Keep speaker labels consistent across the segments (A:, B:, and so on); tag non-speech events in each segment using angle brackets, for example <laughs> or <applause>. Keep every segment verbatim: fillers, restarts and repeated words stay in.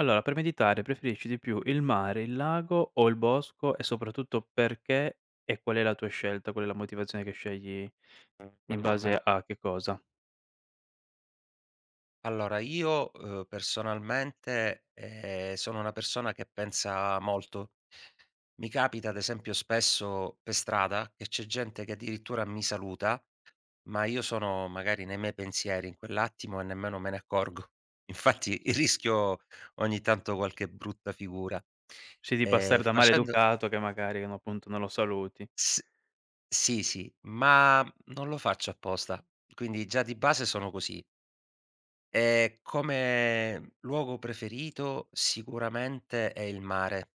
A: Allora, per meditare preferisci di più il mare, il lago o il bosco e soprattutto perché e qual è la tua scelta? Qual è la motivazione che scegli in base a che cosa?
B: Allora io, uhm, personalmente, ehm, sono una persona che pensa molto. Mi capita ad esempio spesso per strada che c'è gente che addirittura mi saluta, ma io sono magari nei miei pensieri in quell'attimo e nemmeno me ne accorgo. <laughs> Infatti rischio ogni tanto qualche brutta figura.
A: Sì, di
B: Ehm,
A: passare da
B: facendo
A: maleducato che magari no, appunto non lo saluti.
B: s Sì, sì, ma non lo faccio apposta. Quindi già di base sono così. Ehm, come luogo preferito sicuramente è il mare,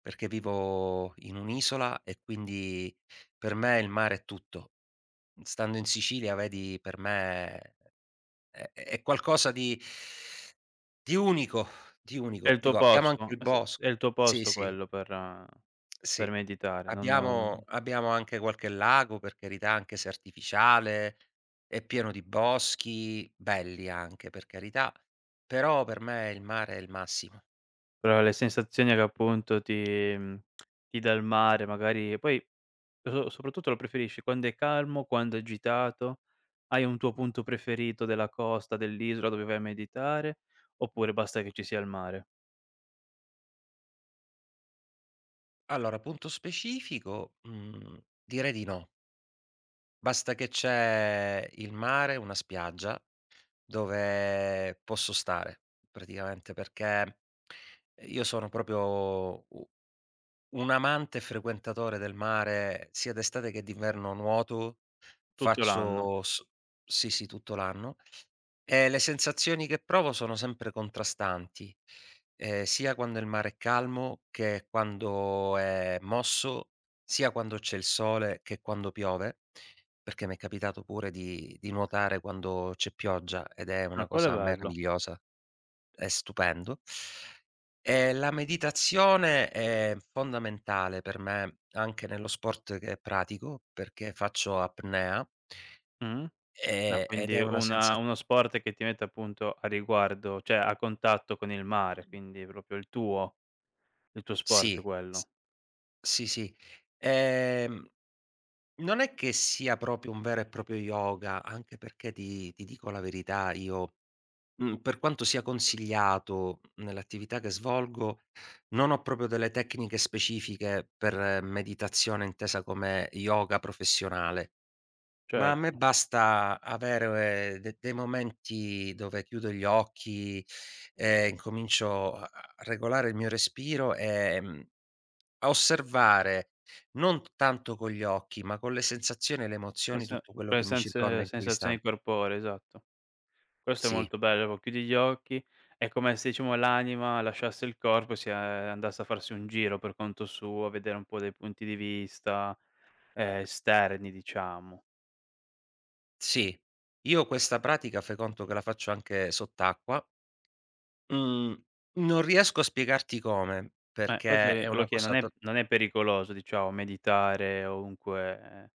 B: perché vivo in un'isola e quindi per me il mare è tutto. Stando in Sicilia vedi per me è è è qualcosa di di unico, di
A: È
B: unico.
A: il tuo
B: Dico abbiamo anche
A: posto,
B: il
A: eh, s
B: bosco,
A: è il tuo
B: sì,
A: posto
B: sì.
A: quello per eh,
B: Sì.
A: per meditare, non
B: Abbiamo
A: non
B: abbiamo anche qualche lago, per carità, anche se artificiale, è pieno di boschi, belli anche, per carità, però per me il mare è il massimo.
A: però le sensazioni che appunto ti mhmm, ti dà il mare magari poi. So soprattutto lo preferisci quando è calmo, quando è agitato? Hai un tuo punto preferito della costa, dell'isola dove vai a meditare, oppure basta che ci sia il mare?
B: Allora, punto specifico, mhmm, direi di no. Basta che c'è il mare, una spiaggia dove posso stare praticamente, perché io sono proprio u un amante e frequentatore del mare, sia d'estate che d'inverno nuoto,
A: Tutto l'anno.
B: faccio s sì, sì, tutto l'anno, e le sensazioni che provo sono sempre contrastanti, ehm, sia quando il mare è calmo che quando è mosso, sia quando c'è il sole che quando piove, perché m'è capitato pure di di nuotare quando c'è pioggia ed è una
A: Ah, quello è
B: cosa
A: bello.
B: meravigliosa. È stupendo. Ehm, la meditazione è fondamentale per me anche nello sport che pratico, perché faccio apnea,
A: Mh. Ah,
B: ehm, ed
A: quindi
B: è una sensa
A: una uno sport che ti mette appunto a riguardo, cioè a contatto con il mare, quindi proprio il tuo il tuo sport
B: sì, s
A: quello.
B: sì, sì. Ehm, Non è che sia proprio un vero e proprio yoga, anche perché ti ti dico la verità, io Mhmm, per quanto sia consigliato nell'attività che svolgo, non ho proprio delle tecniche specifiche per meditazione intesa come yoga professionale, ma a me
A: Certo.
B: basta avere eh, de dei momenti dove chiudo gli occhi e incomincio a a regolare il mio respiro, ehm, a osservare non tanto con gli occhi, ma con le sensazioni e le
A: Nel
B: emozioni
A: sen
B: tutto quello
A: per le
B: che mi
A: senz
B: circonda in quell'istan
A: Sensazioni corporee, esatto. Questo è
B: sì.
A: molto bello, proprio chiudi gli occhi, è come se diciamo l'anima lasciasse il corpo e si, ehm, andasse a farsi un giro per conto suo, a vedere un po' dei punti di vista, ehm, esterni diciamo.
B: Sì, io questa pratica fai conto che la faccio anche sott'acqua. Mhmm, Non riesco a spiegarti come,
A: Eh,
B: perché è
A: infatti lo
B: una
A: chie non
B: cosa to
A: è non è pericoloso diciamo meditare ovunque eh,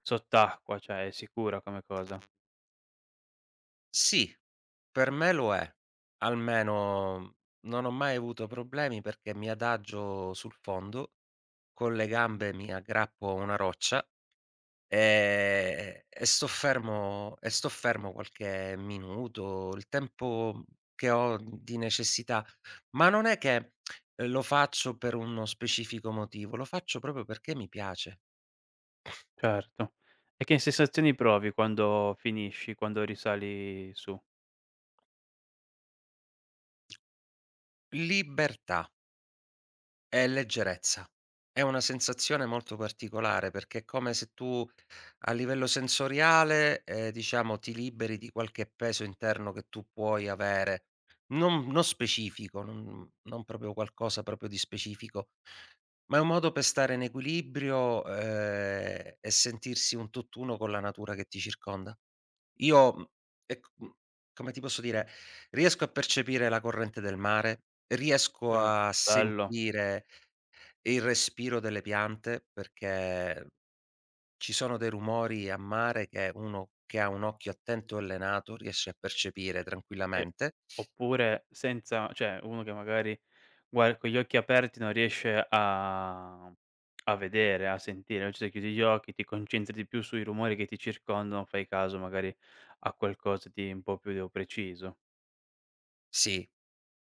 A: sott'acqua, cioè è sicura come cosa.
B: sì, per me lo è. Almeno non ho mai avuto problemi perché mi adagio sul fondo, con le gambe mi aggrappo a una roccia. Ehm, e sto fermo e sto fermo qualche minuto, il tempo che ho di necessità, ma non è che eh, lo faccio per uno specifico motivo, lo faccio proprio perché mi piace.
A: Certo. E che sensazioni provi quando finisci, quando risali su?
B: Libertà. È leggerezza. È una sensazione molto particolare, perché è come se tu, a livello sensoriale, ehm, diciamo ti liberi di qualche peso interno che tu puoi avere, non non specifico, non non proprio qualcosa proprio di specifico, ma è un modo per stare in equilibrio, ehm, e sentirsi un tutt'uno con la natura che ti circonda. Io, mhmm, ecc mhmm, Come ti posso dire, riesco a percepire la corrente del mare, riesco
A: Cioè,
B: a
A: bello.
B: sentire e il respiro delle piante, perché ci sono dei rumori a mare che uno che ha un occhio attento e allenato riesce a percepire
A: E
B: tranquillamente.
A: oppure senza, cioè uno che magari Guar con gli occhi aperti non riesce a a vedere, a sentire, invece se chiudi gli occhi ti concentri di più sui rumori che ti circondano, fai caso magari a qualcosa di un po' più preciso.
B: Sì,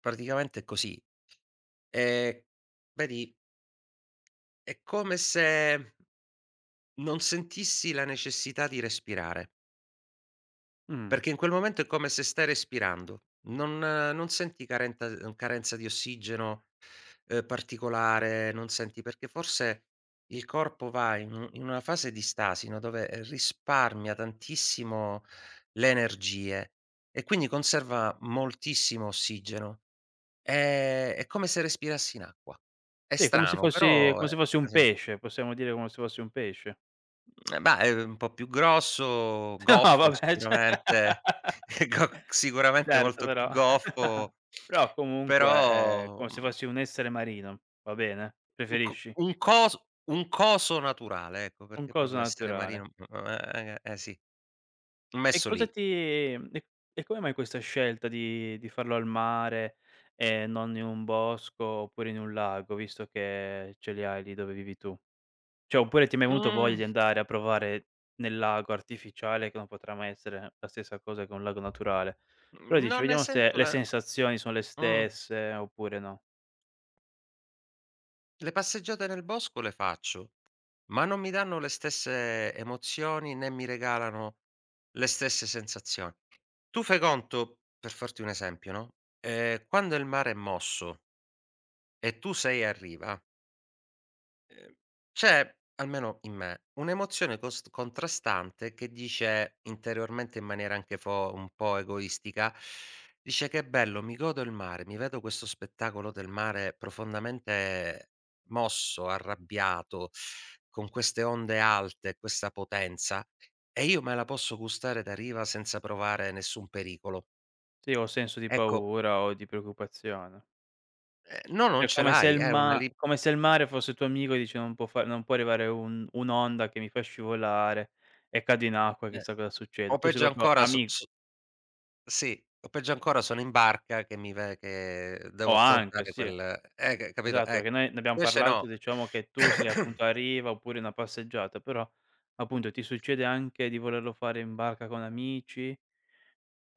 B: praticamente è così. Ehm, Vedi, è come se non sentissi la necessità di respirare.
A: Mh,
B: Perché in quel momento è come se stai respirando. Non non senti carenta uhm, carenza di ossigeno, uhm, particolare, non senti perché forse il corpo va in u in una fase di stasi, no, dove, ehm, risparmia tantissimo le energie e quindi conserva moltissimo ossigeno. Ehm, è come se respirassi in acqua. È
A: sì, come se
B: strano,
A: fossi
B: però
A: come
B: è
A: se fossi un
B: così.
A: pesce, possiamo dire come se fossi un pesce?
B: Eh, bah, è un po' più grosso,
A: <laughs> No
B: goffo
A: vabbè, cioè
B: sicuramente, <laughs>
A: <laughs>
B: go sicuramente
A: Certo
B: molto più
A: però
B: goffo,
A: <laughs> però comunque, ehm,
B: però,
A: come
B: mhmm,
A: se fossi un essere marino, va bene?
B: un co
A: Preferisci?
B: un coso un coso naturale, ecco,
A: Un
B: perché
A: coso
B: proprio essere
A: naturale.
B: marino eh, eh eh, sì,
A: E
B: messo
A: cosa
B: lì.
A: ti mhmm, e e come mai questa scelta di di farlo al mare e non in un bosco oppure in un lago, visto che ce li hai lì dove vivi tu? Cioè, oppure ti è mai venuto voglia
B: Mhmm,
A: di andare a provare nel lago artificiale, che non potrà mai essere la stessa cosa che un lago naturale. Però dici:
B: non ne
A: "Vediamo se
B: sento
A: le
B: la
A: sensazioni sono le
B: mh.
A: stesse oppure no".
B: Le passeggiate nel bosco le faccio, ma non mi danno le stesse emozioni, né mi regalano le stesse sensazioni. Tu fai conto, per farti un esempio, no, ehm, quando il mare è mosso e tu sei a riva. Ehm, C'è, almeno in me, un'emozione cost contrastante che dice interiormente in maniera anche fo un po' egoistica, dice: "Che è bello, mi godo il mare, mi vedo questo spettacolo del mare profondamente mosso, arrabbiato, con queste onde alte, questa potenza, e io me la posso gustare da riva senza provare nessun pericolo."
A: Sì, o senso di
B: Ecco,
A: paura o di preoccupazione.
B: ehm, no, non
A: È
B: ce
A: come se
B: l'hai,
A: il
B: è una
A: ma
B: lib
A: come se il mare fosse tuo amico e dice: "Non può fa non può arrivare un un'onda che mi fa scivolare", e cadi in acqua e
B: eh,
A: chissà cosa succede.
B: o
A: Tu sei
B: peggio
A: proprio
B: ancora so
A: ami
B: so sì, o peggio ancora sono in barca che mi ve che devo
A: O anche,
B: affrontare
A: sì,
B: quel eh, c capito?
A: esatto,
B: Eh.
A: perché noi ne abbiamo
B: Invece no.
A: parlato, diciamo che tu sei
B: <coughs>
A: appunto a riva oppure una passeggiata, però appunto ti succede anche di volerlo fare in barca con amici,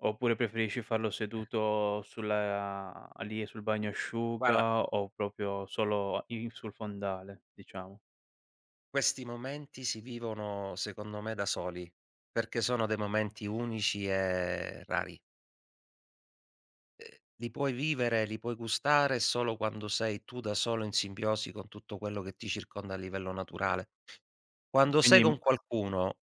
A: oppure preferisci farlo seduto sulla lì sul
B: Guarda,
A: bagnasciuga o proprio solo in sul fondale, diciamo.
B: questi momenti si vivono secondo me da soli, perché sono dei momenti unici e rari. Ehm, li puoi vivere, li puoi gustare solo quando sei tu da solo in simbiosi con tutto quello che ti circonda a livello naturale. Quando sei
A: Quindi
B: con qualcuno,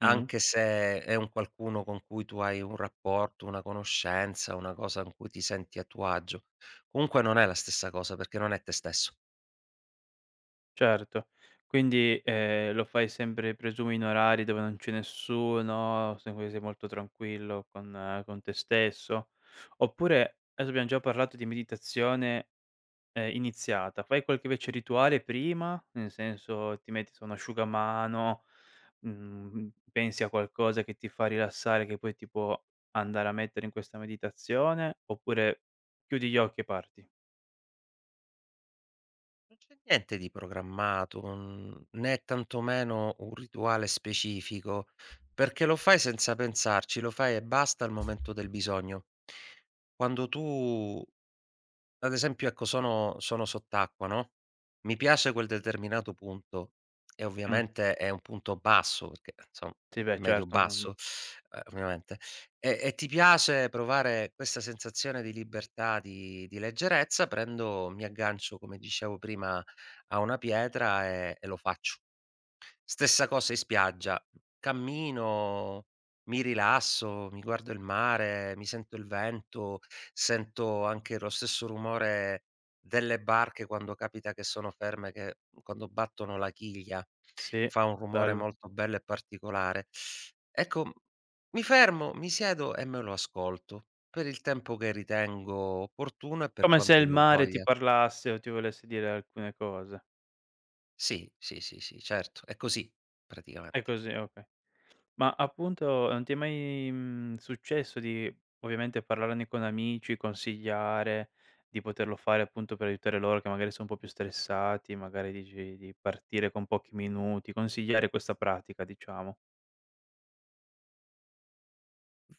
A: mh.
B: anche se è un qualcuno con cui tu hai un rapporto, una conoscenza, una cosa con cui ti senti a tuo agio, comunque non è la stessa cosa perché non è te stesso.
A: Certo. Quindi, ehm, lo fai sempre presumo in orari dove non c'è nessuno, se poi sei molto tranquillo con eh, con te stesso? Oppure adesso abbiamo già parlato di meditazione, ehm, iniziata, fai qualche invece rituale prima? Nel senso ti metti su un asciugamano, mhmm, pensi a qualcosa che ti fa rilassare, che poi ti può andare a mettere in questa meditazione? Oppure chiudi gli occhi e parti?
B: Non c'è niente di programmato, non né tantomeno un rituale specifico, perché lo fai senza pensarci, lo fai e basta al momento del bisogno. Quando tu Ad esempio, ecco, sono sono sott'acqua, no, mi piace quel determinato punto e
A: Mh,
B: ovviamente è un punto basso perché, insomma,
A: sì beh
B: medio
A: certo, mh,
B: basso, ehm, ovviamente, e e ti piace provare questa sensazione di libertà, di di leggerezza, prendo mi aggancio, come dicevo prima, a una pietra e e lo faccio. Stessa cosa in spiaggia. Cammino, mi rilasso, mi guardo il mare, mi sento il vento, sento anche lo stesso rumore delle barche quando capita che sono ferme, che quando battono la chiglia,
A: sì,
B: fa un rumore
A: bello.
B: molto bello e particolare. Ecco, mi fermo, mi siedo e me lo ascolto per il tempo che ritengo opportuno e per
A: Come se
B: quanto
A: il
B: ne ho
A: mare ti
B: voglia.
A: parlasse o ti volesse dire alcune cose.
B: Sì, sì, sì, sì, certo, è così
A: È
B: praticamente.
A: così, okay. Ma appunto non ti è mai, mhmm, successo di ovviamente parlarne con amici, consigliare, di poterlo fare appunto per aiutare loro che magari sono un po' più stressati, magari dici di partire con pochi minuti, consigliare questa pratica diciamo,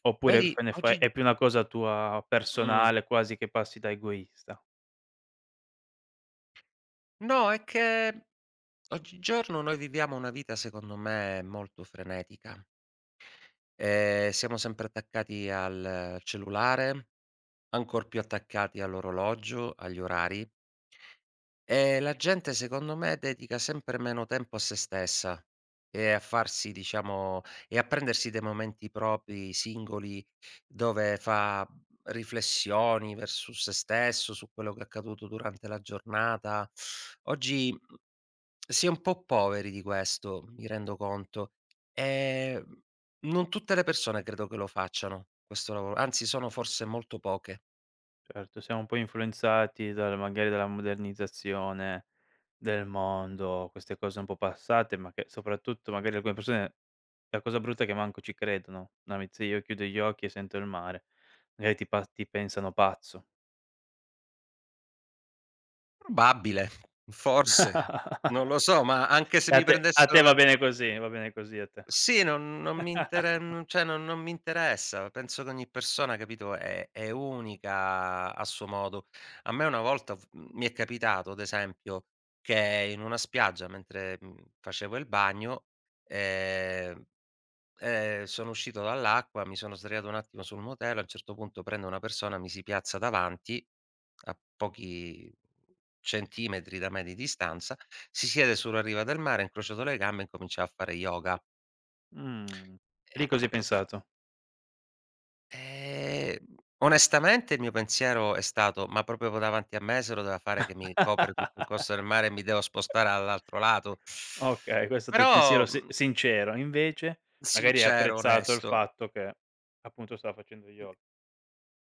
A: oppure
B: Vedi
A: f ne fai
B: oggi
A: è più una cosa tua
B: mh.
A: personale, quasi che passi da egoista?
B: No, è che oggigiorno noi viviamo una vita secondo me molto frenetica. Ehm, siamo sempre attaccati al cellulare, ancor più attaccati all'orologio, agli orari, e la gente secondo me dedica sempre meno tempo a se stessa e a farsi diciamo e a prendersi dei momenti propri, singoli, dove fa riflessioni vers su se stesso, su quello che è accaduto durante la giornata. Oggi si è un po' poveri di questo, mi rendo conto. Ehm, Non tutte le persone credo che lo facciano questo lavoro, anzi sono forse molto poche.
A: Certo, siamo un po' influenzati dal magari dalla modernizzazione del mondo, queste cose un po' passate, ma che soprattutto magari alcune persone la cosa brutta è che manco ci credono. No, mi se io chiudo gli occhi e sento il mare, magari ti pa ti pensano pazzo.
B: Probabile, forse,
A: <laughs>
B: non lo so, ma anche se
A: E a
B: mi
A: te a
B: prendessero
A: te
B: per
A: va bene così, va bene così a te.
B: sì, non non mi intere
A: <laughs>
B: mhmm, cioè non non mi interessa. Penso che ogni persona, capito, è è unica a suo modo. A me una volta f mhmm, mi è capitato ad esempio che in una spiaggia mentre, mhmm, facevo il bagno, ehm Ehm, sono uscito dall'acqua, mi sono sdraiato un attimo sul motello, a un certo punto prende una persona, mi si piazza davanti, a pochi centimetri da me di distanza, si siede sulla riva del mare, ha incrociato le gambe e incominciava a fare yoga.
A: Mh, lì cosa hai pensato?
B: E ehm, onestamente il mio pensiero è stato: "Ma proprio davanti a me se lo doveva fare che mi copre tutto il corso del
A: <laughs>
B: mare e mi devo spostare all'altro lato?"
A: Okay, questo è stato il
B: Però,
A: pensiero si
B: mhmm,
A: sincero, invece magari hai
B: sincero,
A: apprezzato il
B: onesto.
A: fatto che appunto stava facendo yo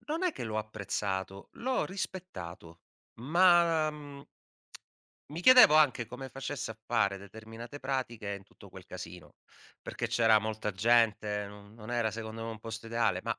B: Non è che l'ho apprezzato, l'ho rispettato, ma, mhmm, mi chiedevo anche come facesse a fare determinate pratiche in tutto quel casino, perché c'era molta gente, non non era secondo me un posto ideale, ma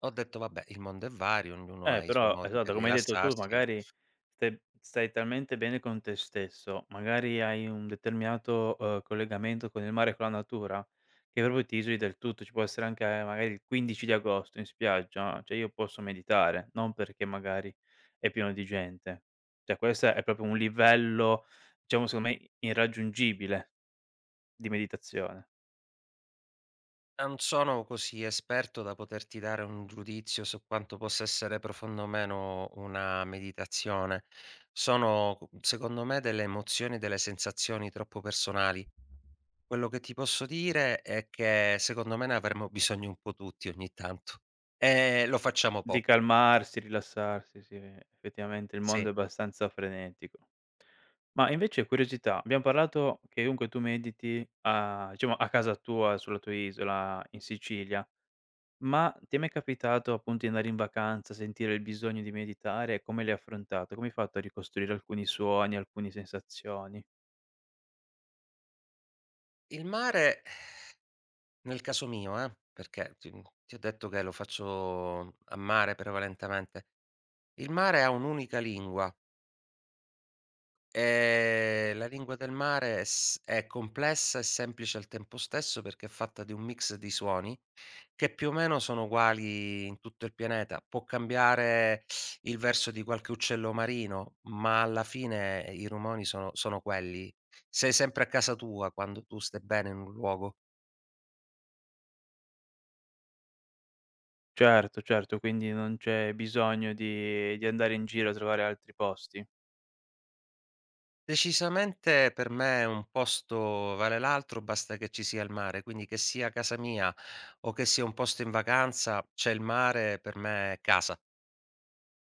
B: ho detto: "Vabbè, il mondo è vario, ognuno ha
A: eh,
B: i suoi
A: però
B: modi per
A: esatto, come hai detto tu,
B: rilassarsi".
A: magari stai stai talmente bene con te stesso, magari hai un determinato, uhm, collegamento con il mare e con la natura, che proprio ti isoli del tutto. Ci può essere anche eh, magari il quindici di agosto in spiaggia, cioè io posso meditare, non perché magari è pieno di gente. Cioè questo è proprio un livello, diciamo secondo me irraggiungibile di meditazione.
B: Non sono così esperto da poterti dare un giudizio su quanto possa essere profonda o meno una meditazione. Sono, secondo me, delle emozioni, delle sensazioni troppo personali. Quello che ti posso dire è che secondo me ne avremmo bisogno un po' tutti ogni tanto e lo facciamo
A: Di
B: poco,
A: calmarsi, rilassarsi, sì, effettivamente il mondo è
B: sì.
A: abbastanza frenetico. Ma invece curiosità, abbiam parlato che dunque tu mediti a diciamo a casa tua, sulla tua isola in Sicilia, ma ti è mai capitato appunto di andare in vacanza, sentire il bisogno di meditare e come l'hai affrontato? Come hai fatto a ricostruire alcuni suoni, alcune sensazioni?
B: Il mare nel caso mio, eh, perché ti ti ho detto che lo faccio a mare prevalentemente, il mare ha un'unica lingua. Ehm, la lingua del mare è s è complessa e semplice al tempo stesso perché è fatta di un mix di suoni che più o meno sono uguali in tutto il pianeta. Può cambiare il verso di qualche uccello marino, ma alla fine i rumori sono sono quelli. Sei sempre a casa tua quando tu stai bene in un luogo.
A: Certo, certo, quindi non c'è bisogno di di andare in giro a trovare altri posti.
B: Decisamente per me un posto vale l'altro, basta che ci sia il mare, quindi che sia casa mia o che sia un posto in vacanza, c'è il mare per me è casa.